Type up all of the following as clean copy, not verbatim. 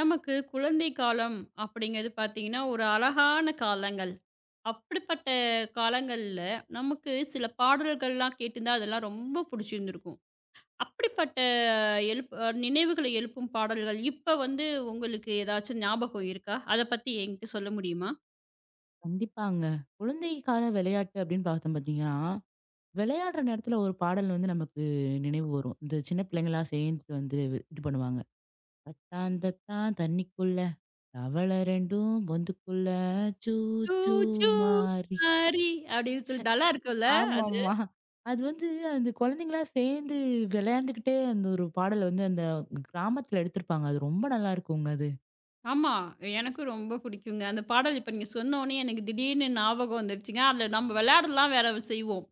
நமக்கு குழந்தை காலம் அப்படிங்கிறது பார்த்தீங்கன்னா, ஒரு அழகான காலங்கள். அப்படிப்பட்ட காலங்கள்ல நமக்கு சில பாடல்கள்லாம் கேட்டிருந்தா, அதெல்லாம் ரொம்ப புடிச்சிருந்திருக்கும். அப்படிப்பட்ட எழுப் அ நினைவுகள எழுப்பும் பாடல்கள் இப்ப வந்து உங்களுக்கு ஏதாச்சும் ஞாபகம் இருக்கா? அத பத்தி என்கிட்ட சொல்ல முடியுமா? கண்டிப்பாங்க. குழந்தைக்கான விளையாட்டு அப்படின்னு பார்த்தோம் பார்த்தீங்கன்னா, விளையாடுற நேரத்துல ஒரு பாடல் வந்து நமக்கு நினைவு வரும். இந்த சின்ன பிள்ளைங்களா சேர்ந்து வந்து இது பண்ணுவாங்க. "தட்டாந்தத்தான் தண்ணிக்குள்ள, தவள 2ம் பொந்துக்குள்ள, சூ "டூ சூ சூ மாறி." மாரி" அப்படின்னு சொல்லி நல்லா இருக்கும்ல அது. ஆமாமா. அது வந்து அந்த குழந்தைங்களா சேர்ந்து விளையாண்டுக்கிட்டே அந்த ஒரு பாடல் வந்து அந்த கிராமத்துல எடுத்திருப்பாங்க. அது ரொம்ப நல்லா இருக்குங்க அது. ஆமா. எனக்கும் ரொம்ப புடிக்குங்க. அந்த பாடல் இப்ப நீங்க சொன்னோனே எனக்கு திடீர்னு ஞாபகம் வந்துருச்சுங்க. அதுல நம்ம விளையாடலாம் வேற செய்வோம்.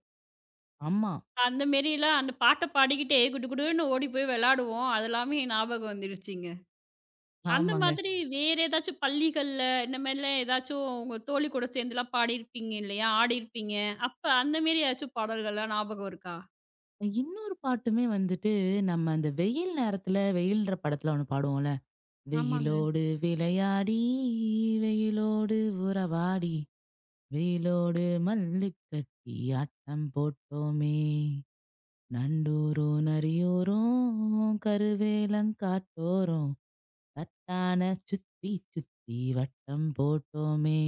ஆமா. அந்த மேரிலாம் அந்த பாட்ட பாடிக்கிட்டே குடு குடுன்னு ஓடி போய் விளையாடுவோம். அது எல்லாமே ஞாபகம் வந்துருச்சுங்க. அந்த ஆமாங்க. மாதிரி வேற ஏதாச்சும் பள்ளிகள்ல இந்த மாரிலாம் ஏதாச்சும் உங்க தோழி கூட சேர்ந்துலாம் பாடியிருப்பீங்க இல்லையா? ஆடியிருப்பீங்க. அப்ப அந்த மேரி ஏதாச்சும் பாடல்கள்லாம் ஞாபகம் இருக்கா? இன்னொரு பாட்டுமே வந்துட்டு, நம்ம அந்த வெயில் நேரத்துல, வெயில்ன்ற படத்துல ஒண்ணு பாடுவோம்ல. ஆமாங்க. வெயிலோடு விளையாடி வெயிலோடு உறவாடி வெயிலோடு மல்லு கட்டி ஆட்டம் போட்டோமே நண்டூரும் நரியூரும் கருவேலங்காட்டோரும் தான சுத்தி சுத்தி வட்டம் போட்டோமே.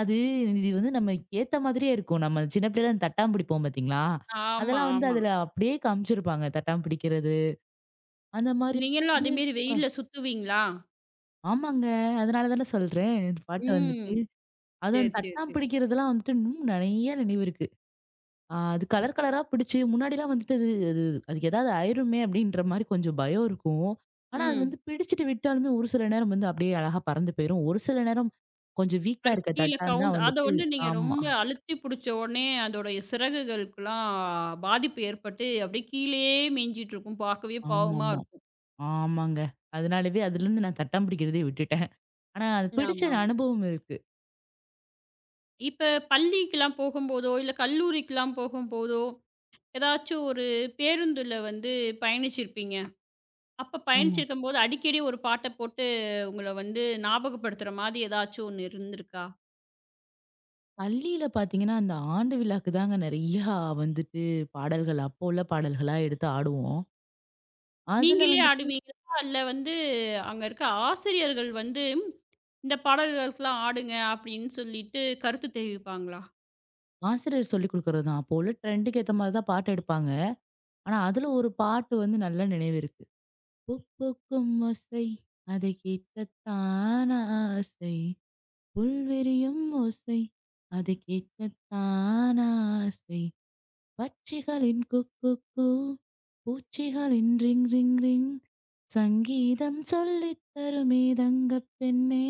அது இது வந்து நம்ம ஏத்த மாதிரியே இருக்கும். நம்ம சின்ன பிள்ளைல அந்த தட்டாம் பிடிப்போம் பாத்தீங்களா? ஆமா, அதெல்லாம் வந்து ஆமா. அதுல அப்படியே காமிச்சிருப்பாங்க தட்டாம் பிடிக்கிறது அந்த மாதிரி. நீங்களும் அதே வந்து மேரி வெயில்ல சுத்துவீங்களா? ஆமாங்க. அதனால தானே சொல்றேன் இந்த பாட்டு வந்து ம். அதுவும் அந்த சரி, சரி, தட்டாம் சரி. பிடிக்கிறதெல்லாம் வந்துட்டு இன்னும் நெறைய நினைவு இருக்கு. ஆ, அது கலர் கலரா பிடிச்சு முன்னாடிலாம் வந்துட்டு அது அது அதுக்கு ஏதாவது ஆயிருமே அப்டின்ற மாரி கொஞ்சம் பயம் இருக்கும். ஆனா அது ம். வந்து பிடிச்சுட்டு விட்டாலுமே ஒரு சில நேரம் வந்து அப்டியே அழகா பறந்து போயிரும். ஒரு சில நேரம் கொஞ்சம் வீக்கா அதுக்கு இருக்க கீழ தட்டான் தான் கவுந்து அத வந்துட்டு வந்து நீங்க ஆமா. ரொம்ப அழுத்தி பிடிச்ச உடனே அதோடைய சிறகுகளுக்கெல்லாம் பாதிப்பு ஏற்பட்டு அப்படியே கீழயே மேய்ஞ்சிட்டு இருக்கும். பார்க்கவே பாவமா ஆமாமா. இருக்கும். ஆமாங்க. அதனாலவே அதுலருந்து நான் தட்டாம் பிடிக்கிறதே விட்டுட்டேன். ஆனா அது பிடிச்ச ஆமாமா. அனுபவம் இருக்கு. இப்ப பள்ளிக்கெல்லாம் போகும்போதோ, இல்ல கல்லூரிக்கெல்லாம் போகும்போதோ, ஏதாச்சும் ஒரு பேருந்துல வந்து பயணிச்சிருப்பீங்க. அப்ப ஆமா. பயணிச்சிருக்கும்போது அடிக்கடி ஒரு பாட்ட போட்டு உங்கள வந்து ஞாபகப்படுத்துற மாதிரி ஏதாச்சும் ஒண்ணு இருந்திருக்கா? பள்ளியில பார்த்தீங்கன்னா, அந்த ஆண்டு விழாக்கு தாங்க நெறையா வந்துட்டு பாடல்கள் அப்போ உள்ள பாடல்களா எடுத்து ஆடுவோம். அதுல நீங்களே வந்து ஆடுவீங்களா? இல்ல வந்து அங்க இருக்க ஆசிரியர்கள் வந்து இந்த பாடல்களுக்கெல்லாம் ஆடுங்க அப்படின்னு சொல்லிட்டு கருத்து தெரிவிப்பாங்களா? ஆசிரியர் சொல்லிக் குடுக்குறது தான். அப்போ உள்ள ட்ரெண்டுக்கு ஏத்த மாரி தான் பாட்டு எடுப்பாங்க. ஆனா, அதுல ஒரு பாட்டு வந்து நல்ல நினைவு இருக்கு. "பூப்பூக்கும் ஓசை, அதை கேட்கத்தான் ஆசை. புல்விரியும் ஓசை, அதை கேட்கத்தான் ஆசை. பட்சிகளின் குக்கூ கூ, பூச்சிகளின் ரிங் ரிங் ரிங். சங்கீதம் சொல்லித் தருமே தங்கப் பெண்ணே!"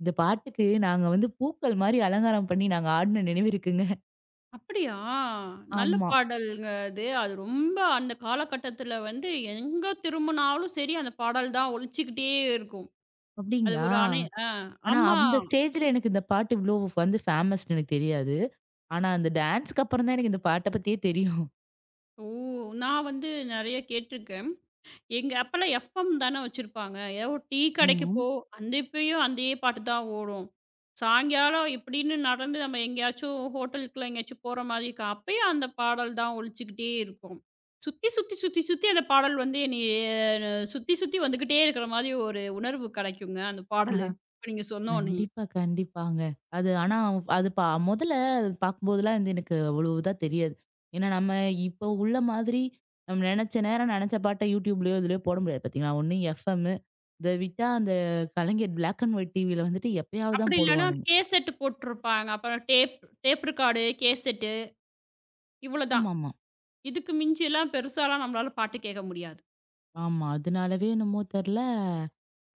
இந்த பாட்டுக்கு நாங்க வந்து பூக்கள் மாரி அலங்காரம் பண்ணி நாங்க ஆடுன நினைவு இருக்குங்க. அப்படியா? நல்ல ஆமா. பாடல்ங்க அது. அது ரொம்ப அந்த காலகட்டத்தில வந்து எங்க திரும்புனாலும் சரி அந்த பாடல் தான் ஒலிச்சுக்கிட்டே இருக்கும். அது அப்படிங்களா? ஒரு அணை ஆனா ஆமா. அந்த ஸ்டேஜ்ல எனக்கு இந்த பாட்டு இவ்ளோ வந்து ஃபேமஸ்ன்னு எனக்கு தெரியாது. ஆனா அந்த டான்ஸ்க்கு அப்புறம் தான் எனக்கு இந்த பாட்ட பத்தியே தெரியும். ஓ! நான் வந்து நெறைய கேட்டுருக்கேன். எங்க அப்பலாம் FM தானே வச்சிருப்பாங்க. ஏதோ டீ கடைக்கு ஆமா. போ, அந்த இப்பயும் அதே பாட்டு தான் ஓடும். சாயங்காலம் இப்படின்னு நடந்து நம்ம எங்கேயாச்சும் ஹோட்டலுக்குலாம் எங்கேயாச்சும் போற மாதிரி இருக்கும். அப்பயும் அந்த பாடல் தான் ஒலிச்சுக்கிட்டே இருக்கும். சுத்தி, சுத்தி, சுத்தி, சுத்தி அந்த பாடல் வந்து என்னைய சுத்தி, சுத்தி வந்துகிட்டே இருக்கிற மாதிரி ஒரு உணர்வு கெடைக்குங்க, அந்த ஆ பாடலு. இப்ப நீங்க சொன்னோனே. கண்டிப்பா, கண்டிப்பாங்க. அது ஆனா அது பா முதல்ல அது பார்க்கும்போதெல்லாம் வந்து எனக்கு அவ்வளோ இதா தெரியாது. ஏன்னா நம்ம இப்போ உள்ள மாதிரி நம்ம நெனச்ச நேரம் நெனச்ச பாட்ட YouTubeலயோ இதுலயோ போட முடியாது பார்த்தீங்களா? ஒண்ணு எஃப்எம், இத விட்டா அந்த கலைஞர் பிளாக் அண்ட் ஒயிட் டிவில வந்துட்டு எப்பயாவது அப்படி தான் இல்லன்னா போடுவானுங்க. கேசெட் போட்டுருப்பாங்க. அப்புறம் டேப் டேப் ரெக்கார்டு, கேசெட்டு இவ்வளோதான். ஆமாமா. ஆமா. இதுக்கு மிஞ்சிலாம் பெருசாலாம் நம்மளால பாட்டு கேட்க முடியாது. ஆமா அதனாலவே என்னமோ தெர்ல.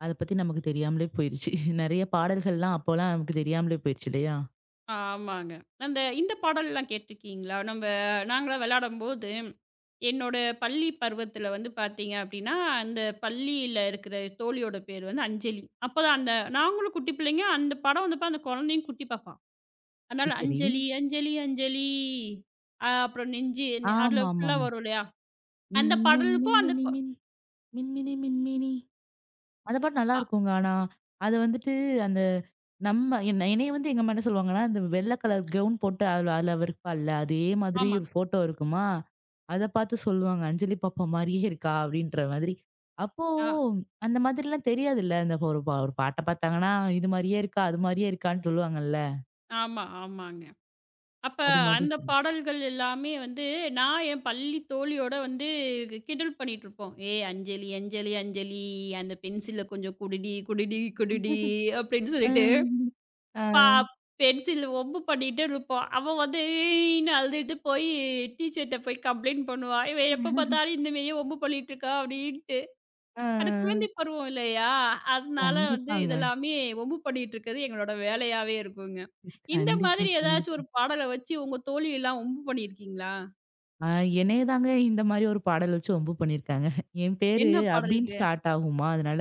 அத பத்தி நமக்கு தெரியாமலே போயிருச்சு. நெறைய பாடல்கள்லாம் அப்போலாம் நமக்கு தெரியாமலே போயிருச்சு இல்லையா? ஆமாங்க. அந்த இந்த பாடல்லாம் கேட்டுருக்கீங்களா? நம்ப நாங்கலாம் விளையாடம்போது, என்னோட பள்ளி பருவத்தில வந்து பார்த்தீங்க அப்டின்னா, அந்த பள்ளியில இருக்கிற தோழியோட பேர் வந்து அஞ்சலி. அப்பதான் அந்த நாங்களும் குட்டி பிள்ளைங்க, அந்த படம் வந்தப்ப அந்த குழந்தையும் குட்டி பாப்பா. அதனால அது சரி. அஞ்சலி, அஞ்சலி, அஞ்சலி அப்புறம் அதுல ஃபுல்லா ஆமாமாமா. வரும் இல்லையா? அந்த மின்னும் பாடலுக்கும் அந்த மின்மினி கொ மின், மின்மினி மின்மினி. அந்த பாட்டு அ நல்லாருக்குங்க. ஆனா, அத வந்துட்டு அந்த நம்ம என்னைய வந்து எங்க அம்மா என்ன சொல்லுவாங்கன்னா, அந்த வெள்ள கலர் கவுன் போட்டு அதுல அதுல அவ இருப்பாள்ல, அதே மாதிரி ஆமா. ஒரு ஃபோட்டோ இருக்குமா, அத பார்த்து சொல்லுவாங்க. "அஞ்சலி பாப்பா மாரியே இருக்கா" அப்படின்ற மாதிரி. அப்போ அ அந்த மாதிரிலாம் தெரியாதுல்ல. அந்த ஒரு பாட்ட பார்த்தாங்கன்னா, "இது மாரியே இருக்கா, அது மாரியே இருக்கான்னு" சொல்லுவாங்கல்ல. ஆமா, ஆமாங்க. அப்ப அது மாதிரி அந்த சொல்லு. பாடல்கள் எல்லாமே வந்து நான் என் பள்ளி தோழியோட வந்து கிண்டல் பண்ணிட்டு இருப்போம். "ஏய் அஞ்சலி, அஞ்சலி, அஞ்சலி அந்த பென்சில கொஞ்சம் குடுடி, குடுடி, குடுடி" அப்படின்னு சொல்லிட்டு ம். பா ஆ. பென்சில் வம்பு பண்ணிட்டு இருப்போம். அவ வந்து ஈன்னு அழுதுட்டு போய் டீச்சர்ட்ட போய் கம்ப்ளைண்ட் பண்ணுவா. "இவ எப்ப பார்த்தாலும் இந்த மாரியே வம்பு பண்ணிட்டு இருக்கா" அப்படின்ட்டு. ஆ. அது குழந்தை பருவம் இல்லையா? அதனால வந்து கண்டிப்பாங்க. இதெல்லாமே வம்பு பண்ணிட்டு இருக்கிறது எங்களோட வேலையாவே இருக்குங்க. இந்த கண்டிப்பா, மாதிரி ஏதாச்சும் கண்டிப்பா. ஒரு பாடல வச்சு உங்க தோழியெல்லாம் வம்பு பண்ணியிருக்கீங்களா? ஆ என்னைய தாங்க இந்த மாரி ஒரு பாடல் வச்சு வம்பு பண்ணியிருக்காங்க. என் பேரு என்ன பாடல் அபின்னு இது? ஸ்டார்ட் ஆகுமா, அதனால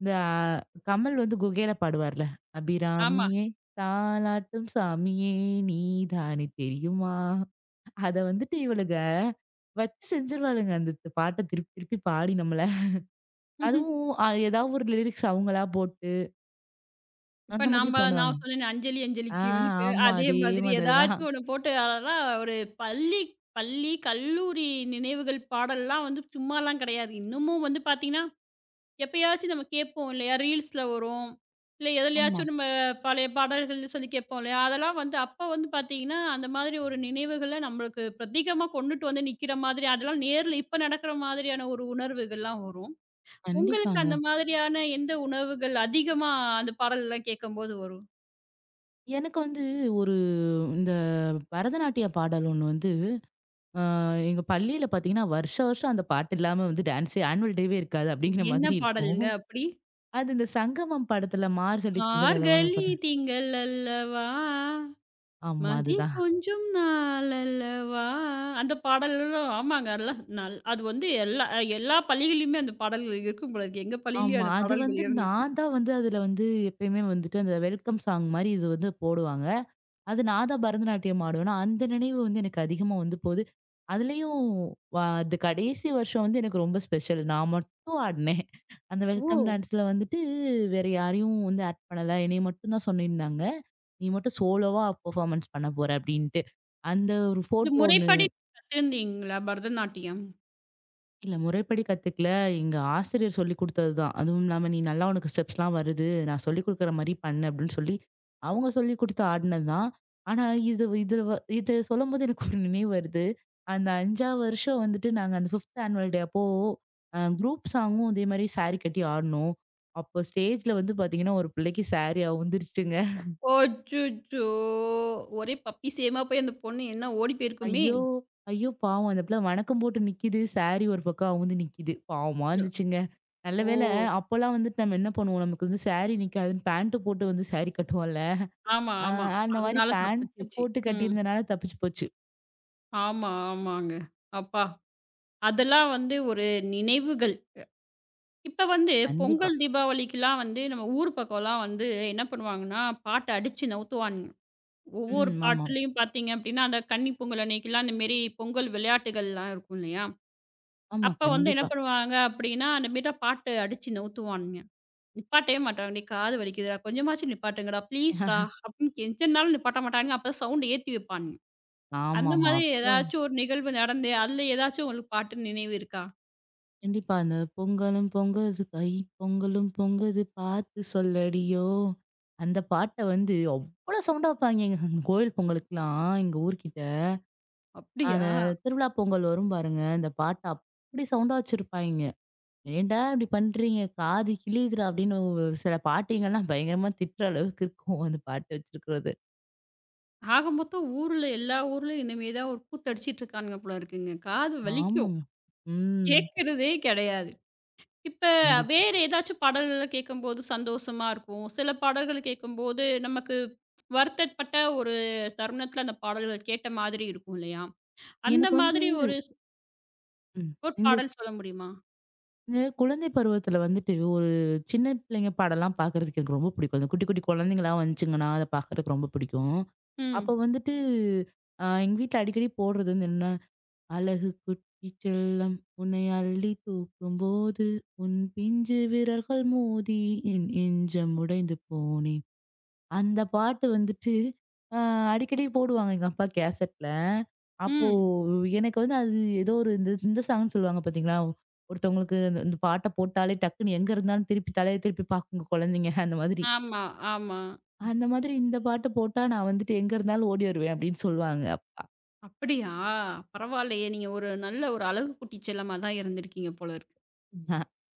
இந்த கமல் வந்து குகேல பாடுவார்ல, ஆமா. "அபிராமியே தாலாட்டும் சாமியே நீதானே தெரியுமா" அத வந்துட்டு இவளுங்க வச்சு செஞ்சுருவாளுங்க. அந்த பாட்ட திருப்பி திருப்பி பாடி நம்மள. அதுவும் ஏதாவது ஒரு லிரிக்ஸ் அவங்களா போட்டு, இப்ப அந்த மாதிரி நாம்ப பாடுவாங்க. நான் சொன்னேனே அஞ்சலி ஆ அஞ்சலிக்கு வந்து இப்ப ஆமா. அதே அதே மாதிரி மாதிரி தான். ஏதாச்சும் ஒண்ணு போட்டு அதெல்லாம் ஒரு பள்ளி பள்ளி, கல்லூரி நினைவுகள் பாடல்லாம் வந்து சும்மாலாம் கிடையாது. இன்னமும் வந்து பார்த்தீங்கன்னா எப்பயாச்சும் நம்ம கேட்போம் இல்லையா? ரீல்ஸ்ல வரும். இல்ல ஆமா. எதுலயாச்சும் நம்ம பழைய பாடல்கள்னு சொல்லி கேட்போம் இல்லையா? அதெல்லாம் வந்து அப்ப வந்து பார்த்தீங்கன்னா, அந்த மாதிரி ஒரு நினைவுகள நம்மளுக்கு பிரத்யேகமா கொண்டுட்டு வந்து நிக்கிற மாதிரி, அதெல்லாம் நேர்ல இப்ப நடக்கிற மாதிரியான ஒரு உணர்வுகள்லாம் வரும். உங்களுக்கு கண்டிப்பாங்க. அந்த மாதிரியான எந்த உணவுகள் அதிகமா அந்த பாடல்லாம் கேட்கும்போது வரும்? எனக்கு வந்து ஒரு இந்த பரதநாட்டிய பாடல் ஒண்ணு வந்து அ எங்க பள்ளியில பார்த்தீங்கன்னா, வருஷம் வருஷம் அந்த பாட்டு இல்லாம வந்து டான்ஸே ஆனுவல் டேவே இருக்காது அப்படிங்கிற என்ன மாதிரி இருக்கும். பாடல்ங்க அப்படி? அது இந்த சங்கமம் படத்துல மார்கழி திங்கள் அல்லவான்னு ஒரு மார்கழி படம். திங்கள் அல்லவா! ஆமா "மதி அதுதான். கொஞ்சும் நாளல்லவா" அந்த பாடல்களும் ஆமாங்க. எல்லாம் நல் அது வந்து எல்லா எல்லா பள்ளிகள்லயுமே அந்த பாடல்கள் இருக்கும் போல இருக்கு. எங்க பள்ளியிலயும் ஆமா. அந்த அது வந்து பாடல்கள் இருந்துச்சு. நான் தான் வந்து அதுல வந்து எப்பயுமே வந்துட்டு அந்த வெல்கம் சாங் மாரி இது வந்து போடுவாங்க. அது நான் தான் பரதநாட்டியம் ஆடுவேனா, அந்த நினைவு வந்து எனக்கு அதிகமா வந்து போது. அதுலயும் அது கடைசி வருஷம் வந்து எனக்கு ரொம்ப ஸ்பெஷல். நான் மட்டும் ஆடுனேன். அந்த ஓ! வெல்கம் டான்ஸ்ல வந்துட்டு வேற யாரையும் வந்து ஆட் பண்ணல. என்னைய மட்டும் தான் சொல்லியிருந்தாங்க. "நீ மட்டும் சோலோவா பெர்ஃபார்மன்ஸ் பண்ண போற" அப்படின்ட்டு. அந்த ஒரு இது ஃபோட்டோ ஒண்ணு முறைப்படி கத்துருந்தீங்களா பரதநாட்டியம்? இல்ல முறைப்படி கத்துக்கல. எங்க ஆசிரியர் சொல்லிக் குடுத்ததுதான். அதுவும் இல்லாம "நீ நல்லா உனக்கு ஸ்டெப்ஸ்லாம் வருது. நான் சொல்லிக் குடுக்குற மாரி பண்ணு" அப்படின்னு சொல்லி, அவங்க சொல்லிக் குடுத்து ஆடுனதுதான். ஆனா இது இது வ இது சொல்லும்போது எனக்கு ஒரு நினைவு வருது. அந்த 5 வருஷம் வந்துட்டு நாங்க அந்த 5த் ஆனுவல் டே அப்போ, குரூப் சாங்கும் இதே மாரி சாரி கட்டி ஆடுனோம். அப்போ ஸ்டேஜ்ல வந்து பாத்தீங்கன்னா, ஒரு பிள்ளைக்கு சாரி அவுந்துருச்சுங்க. அச்சச்சோ! ஒரே பப்பி சேமா போய் அந்த பொண்ணு என்ன ஓடி போயிருக்குமே! ஐயோ! ஐயோ! பாவம் அந்த பிள்ள வணக்கம் போட்டு நிக்குது. சாரி ஒரு பக்கம் அவுந்து நிக்குது. பாவமா இருந்துச்சுங்க. நல்ல ஓ! வேளை அப்போலாம் வந்துட்டு நம்ம என்ன பண்ணுவோம், நமக்கு வந்து சாரி நிக்காதுன்னு பேண்ட் போட்டு வந்து சாரி கட்டுவோம்ல. ஆமா, அ ஆமா. அந்த மாரி அதனால பேண்ட் தப்பிச்சிச்சு. போட்டு ம். கட்டியிருந்தனால தப்பிச்சு போச்சு. ஆமா, ஆமாங்க. அப்பா! அதெல்லாம் வந்து ஒரு நினைவுகள். இப்ப வந்து கண்டிப்பா. பொங்கல், தீபாவளிக்குலாம் வந்து நம்ம ஊர் பக்கம்லாம் வந்து என்ன பண்ணுவாங்கன்னா, பாட்ட அடிச்சு நவுத்துவானுங்க. ஒவ்வொரு ம். ஆமா. பாட்டுலயும் பார்த்தீங்க அப்டின்னா, அந்த கன்னி பொங்கல் அன்னைக்குலாம் அந்த மேரி பொங்கல் விளையாட்டுகள்லாம் இருக்கும் இல்லையா? ஆமா. அப்ப வந்து என்ன கண்டிப்பா. பண்ணுவாங்க அப்டின்னா, அந்த மேரி தான் பாட்டு அடிச்சு நவுத்துவானுங்க. நிப்பாட்டவே மாட்டாங்க. "டேய் காது வலிக்குதுடா, கொஞ்சமாச்சும் நிப்பாட்டுங்கடா, ப்ளீஸ்டா" அப்டின்னு கெஞ்சினாலும் நிப்பாட்ட மாட்டானுங்க. அப்ப சவுண்ட் ஏத்தி வைப்பானுங்க. அந்த ஆமாமா. மாதிரி அப்போ ஏதாச்சும் ஒரு நிகழ்வு நடந்து, அதுல ஏதாச்சும் உங்களுக்கு பாட்டு நினைவு இருக்கா? கண்டிப்பா அந்த பொங்கலும் பொங்குது கை பொங்கலும் பொங்குது பார்த்து சொல்லடியோ! அந்த பாட்ட வந்து அவ்ளோ சவுண்டா வைப்பாய்ங்கங்க. கோயில் பொங்கலுக்குலாம் எங்க ஊர்க்கிட்ட. அப்டியா? அந்த திருவிழா பொங்கல் வரும் பாருங்க. இந்த பாட்டு அப்படி சவுண்டா வச்சிருப்பாய்ங்க. "ஏன்டா இப்படி பண்றீங்க? காது கிழியுதுடா" அப்படின்னு ஒரு சில பாட்டிங்கலாம் பயங்கரமா திட்டுற அளவுக்கு இருக்கும். அந்த பாட்டு வச்சிருக்கிறது. ஆக மொத்தம் ஊர்ல எல்லா ஊர்லயும் இனிமே தான் ஒரு கூத்தடிச்சிட்டு இருக்கானுங்க போல இருக்குங்க. காது வலிக்கும். ஆமாங்க. ம். கேட்கிறதே கிடையாது. இப்ப கண்டிப்பா. வேற ஏதாச்சும் பாடல்கள் கேட்கும்போது சந்தோஷமா இருக்கும். சில பாடல்கள் கேட்கும்போது நமக்கு வருத்தப்பட்ட ஒரு தருணத்துல அந்த பாடல்கள் கேட்ட மாதிரி இருக்கும் இல்லையா? அந்த எனக்கு வந்து மாதிரி ஒரு ஸ் ம். ஒரு இந்த பாடல் சொல்ல முடியுமா? இந்த குழந்தை பருவத்தில வந்துட்டு ஒரு சின்ன பிள்ளைங்க பாடலாம் பார்க்கறதுக்கு எனக்கு ரொம்ப பிடிக்கும். அந்த குட்டி குட்டி குழந்தைங்களா வந்துச்சுங்கன்னா, அத பார்க்கறதுக்கு ரொம்ப பிடிக்கும். அப்ப ம். வந்துட்டு எங்க வீட்ல அடிக்கடி போடுறது வந்து என்ன — அழகு குட்டி செல்லம் உன்னை அள்ளி தூக்கும்போது உன் பிஞ்சு விரல்கள் மோதி என் நெஞ்சம் உடைந்து போனேன். அந்த பாட்டு வந்துட்டு அ அடிக்கடி போடுவாங்க எங்க அப்பா கேசட்ல. அப்போ ம். எனக்கு வந்து அது ஏதோ ஒரு இந்த இந்த சாங்ன்னு சொல்லுவாங்க பார்த்தீங்களா? ஒருத்தவங்களுக்கு இந்த இந்த பாட்ட போட்டாலே டக்குன்னு எங்க இருந்தாலும் திருப்பி தலைய திருப்பி பாக்குங்க குழந்தைங்க அந்த மாதிரி. ஆமா, ஆமா. அந்த மாதிரி இந்த பாட்டு போட்டா நான் வந்துட்டு எங்க இருந்தாலும் ஓடி வருவேன் அப்படின்னு சொல்லுவாங்க அப்பா. அப்படியா? பரவாயில்லையே! நீங்க ஒரு நல்ல ஒரு அழகு குட்டி செல்லமா தான் இருந்திருக்கீங்க போல இருக்கு.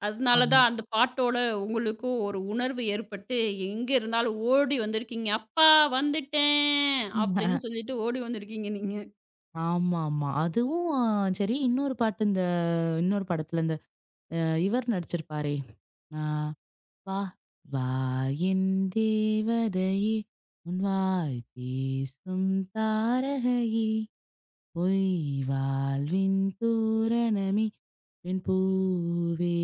அதனால ஆமா. தான் அந்த பாட்டோட உங்களுக்கும் ஒரு உணர்வு ஏற்பட்டு, எங்க இருந்தாலும் ஓடி வந்திருக்கீங்க. "அப்பா வந்துட்டேன்!" அப்படின்னு சொல்லிட்டு ஓடி வந்திருக்கீங்க நீங்க. ஆமாமா. அதுவும் சரி இன்னொரு பாட்டு இந்த இன்னொரு படத்துல இந்த அ இவர் நடிச்சிருப்பாரே! அ "வா வா என் தேவதையே! உன் வாய் பேசும் தாரகையே! பொய் வாழ்வின் தூரணமே! பெண் பூவே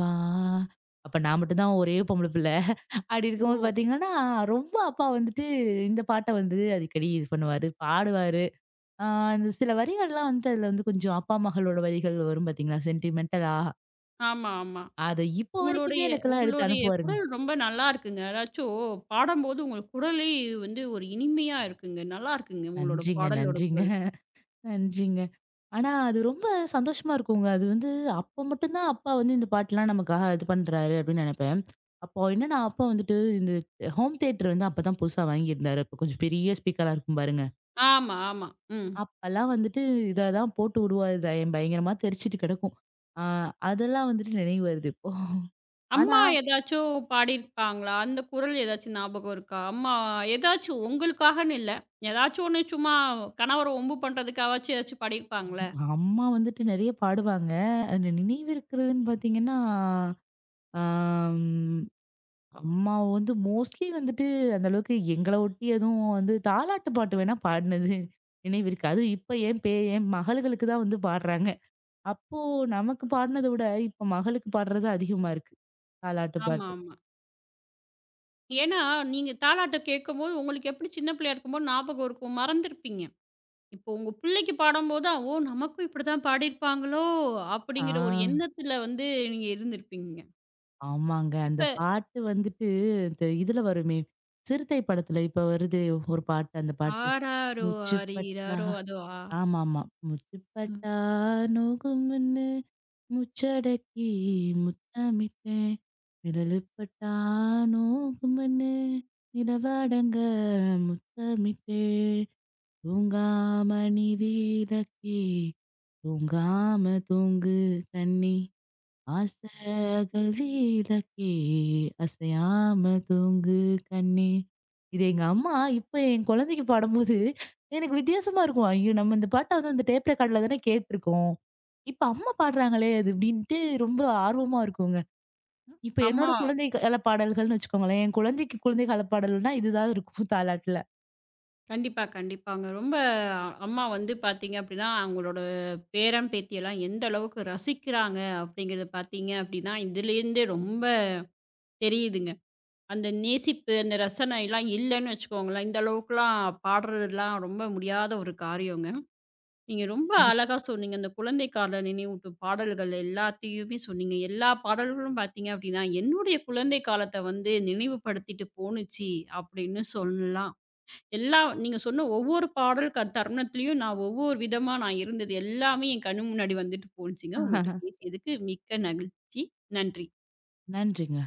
வா!" அப்ப நான் மட்டும் தான் ஒரே பொம்பள பிள்ள. அப்டி இருக்கும்போது ம். பார்த்தீங்கன்னா, ரொம்ப அப்பா வந்துட்டு இந்த பாட்ட வந்து அடிக்கடி இது பண்ணுவாரு, பாடுவாரு. ஆ இந்த சில வரிகள்லாம் வந்து அதுல வந்து கொஞ்சம் அப்பா, மகளோட வரிகள் வரும் பாத்தீங்களா? சென்டிமென்டலா. ஆமா, ஆமா. அத இப்போ வரைக்குமே உங்களுடைய எனக்கெல்லாம் எடுத்து உங்களுடைய அனுப்புவாருங்க. குரல் ரொம்ப நல்லா இருக்குங்க. அதாச்சும் பாடம்போது உங்க குரலே வந்து ஒரு இனிமையா இருக்குங்க. நல்லா இருக்குங்க உங்களோட நன்றிங்க, பாடலோட நன்றிங்க, குரல். நன்றிங்க. ஆனா அது ரொம்ப சந்தோஷமா இருக்குங்க. அது வந்து அப்ப மட்டும் தான் அப்பா வந்து இந்த பாட்டுலாம் நமக்காக இது பண்றாரு அப்படின்னு நெனைப்பேன். அப்போ என்னன்னா, அப்பா வந்துட்டு இந்த ஹோம் தியேட்டர் வந்து அப்பதான் புதுசா வாங்கியிருந்தாரு. அப்ப கொஞ்சம் பெரிய ஸ்பீக்கரா இருக்கும் பாருங்க. ஆமா, ஆமா. ம். அப்பலாம் வந்துட்டு இத தான் போட்டு விடுவாரு. இதை பயங்கரமா தெரிச்சுட்டு கிடக்கும். ஆ அதெல்லாம் வந்துட்டு நினைவு வருது இப்போ. ஆனா அம்மா ஏதாச்சும் பாடியிருப்பாங்களா? அந்த குரல் ஏதாச்சும் ஞாபகம் இருக்கா? அம்மா ஏதாச்சும் உங்களுக்காகன்னு இல்ல. ஏதாச்சும் ஒண்ணு சும்மா கணவர வம்பு பண்றதுக்காவாச்சும் ஏதாச்சும் பாடியிருப்பாங்கள்ல? அம்மா வந்துட்டு நெறைய பாடுவாங்க. அதுல நினைவு இருக்கிறதுன்னு பார்த்தீங்கன்னா, ஆம் அம்மா வந்து மோஸ்ட்லி வந்துட்டு அந்த அளவுக்கு எங்கள ஒட்டி எதுவும் வந்து தாலாட்டு பாட்டு வேணா பாடுனது நினைவு இருக்கு. அதுவும் இப்ப என் மகளுகளுக்கு தான் வந்து பாடுறாங்க. அப்போ நமக்கு பாடுனத விட, இப்ப மகளுக்கு பாடுறது அதிகமா இருக்கு. தாலாட்டு ஆமா, பாட்டு. ஆமா. ஏன்னா, நீங்க தாலாட்டு கேட்கும்போது உங்களுக்கு எப்படி சின்ன பிள்ளையா இருக்கும்போது ஞாபகம் இருக்கும். மறந்திருப்பீங்க. இப்போ உங்க பிள்ளைக்கு பாடும்போது, "ஓ! நமக்கும் இப்படிதான் பாடியிருப்பாங்களோ!" ஆ அப்படிங்கிற ஒரு எண்ணத்துல வந்து நீங்க இருந்திருப்பீங்க. ஆமாங்க. அந்த இப்ப பாட்டு வந்துட்டு இந்த இதுல வருமே, சிறுத்தை படத்துல இப்ப வருதே ஒரு பாட்டு அந்த பாட்டு. ஆராரோ "மூச்சு பட்டா ஆரீராரோ அதோ ஆமாமா. ம். "முத்துப்பட்டா நோகும்ன்னு முச்சடக்கி முத்தமிட்டேன். நிழலுப்பட்டா நோகும்ன்னு நிலவடங்க முத்தமிட்டேன். தூங்காம நிதிலக்கி தூங்காம தூங்கு கண்ணி." ஆசைகள் விளக்கே அசையாம தூங்கு கண்ணே. இது எங்க அம்மா இப்ப என் குழந்தைக்கு பாடும்போது எனக்கு வித்தியாசமா இருக்கும். ஐயோ, நம்ம இந்த பாட்டை வந்து அந்த டேப் ரெக்கார்ட்ல தானே கேட்டிருக்கோம், இப்ப அம்மா பாடுறாங்களே அது அப்படின்ட்டு ரொம்ப ஆர்வமா இருக்குங்க. இப்ப என்னோட அம்மா குழந்தை கால பாடல்கள்னு வச்சுக்கோங்களேன், என் குழந்தைக்கு குழந்தை கால பாடல்னா இதுதான் இருக்கும் தாலாட்டுல. கண்டிப்பா, கண்டிப்பாங்க. ரொம்ப அம்மா வந்து பார்த்தீங்க அப்டின்னா, அவங்களோட பேரன், பேத்தியெல்லாம் எந்த அளவுக்கு ரசிக்கிறாங்க அப்டிங்கிறத பார்த்தீங்க அப்டின்னா, இதுலேருந்தே ரொம்ப தெரியுதுங்க. அந்த நேசிப்பு, அந்த ரசனைலாம் இல்லன்னு வச்சுக்கோங்களேன், இந்த அளவுக்குலாம் பாடுறதுலாம் ரொம்ப முடியாத ஒரு காரியங்க. நீங்க ரொம்ப அழகா சொன்னீங்க. அந்த குழந்தை கால நினைவூட்டும் பாடல்கள் எல்லாத்தையுமே சொன்னீங்க. எல்லா பாடல்களும் பார்த்தீங்க அப்டின்னா, என்னுடைய குழந்தை காலத்த வந்து நினைவுபடுத்திட்டு போணுச்சு அப்டின்னு சொல்லலாம். எல்லா நீங்க சொன்ன ஒவ்வொரு பாடல் க தருணத்திலயும் நான் ஒவ்வொரு விதமா நான் இருந்தது எல்லாமே என் கண்ணு முன்னாடி வந்துட்டு போணுச்சுங்க. உங்கள்ட்ட பேசியதுக்கு மிக்க மகிழ்ச்சி. நன்றி. நன்றிங்க.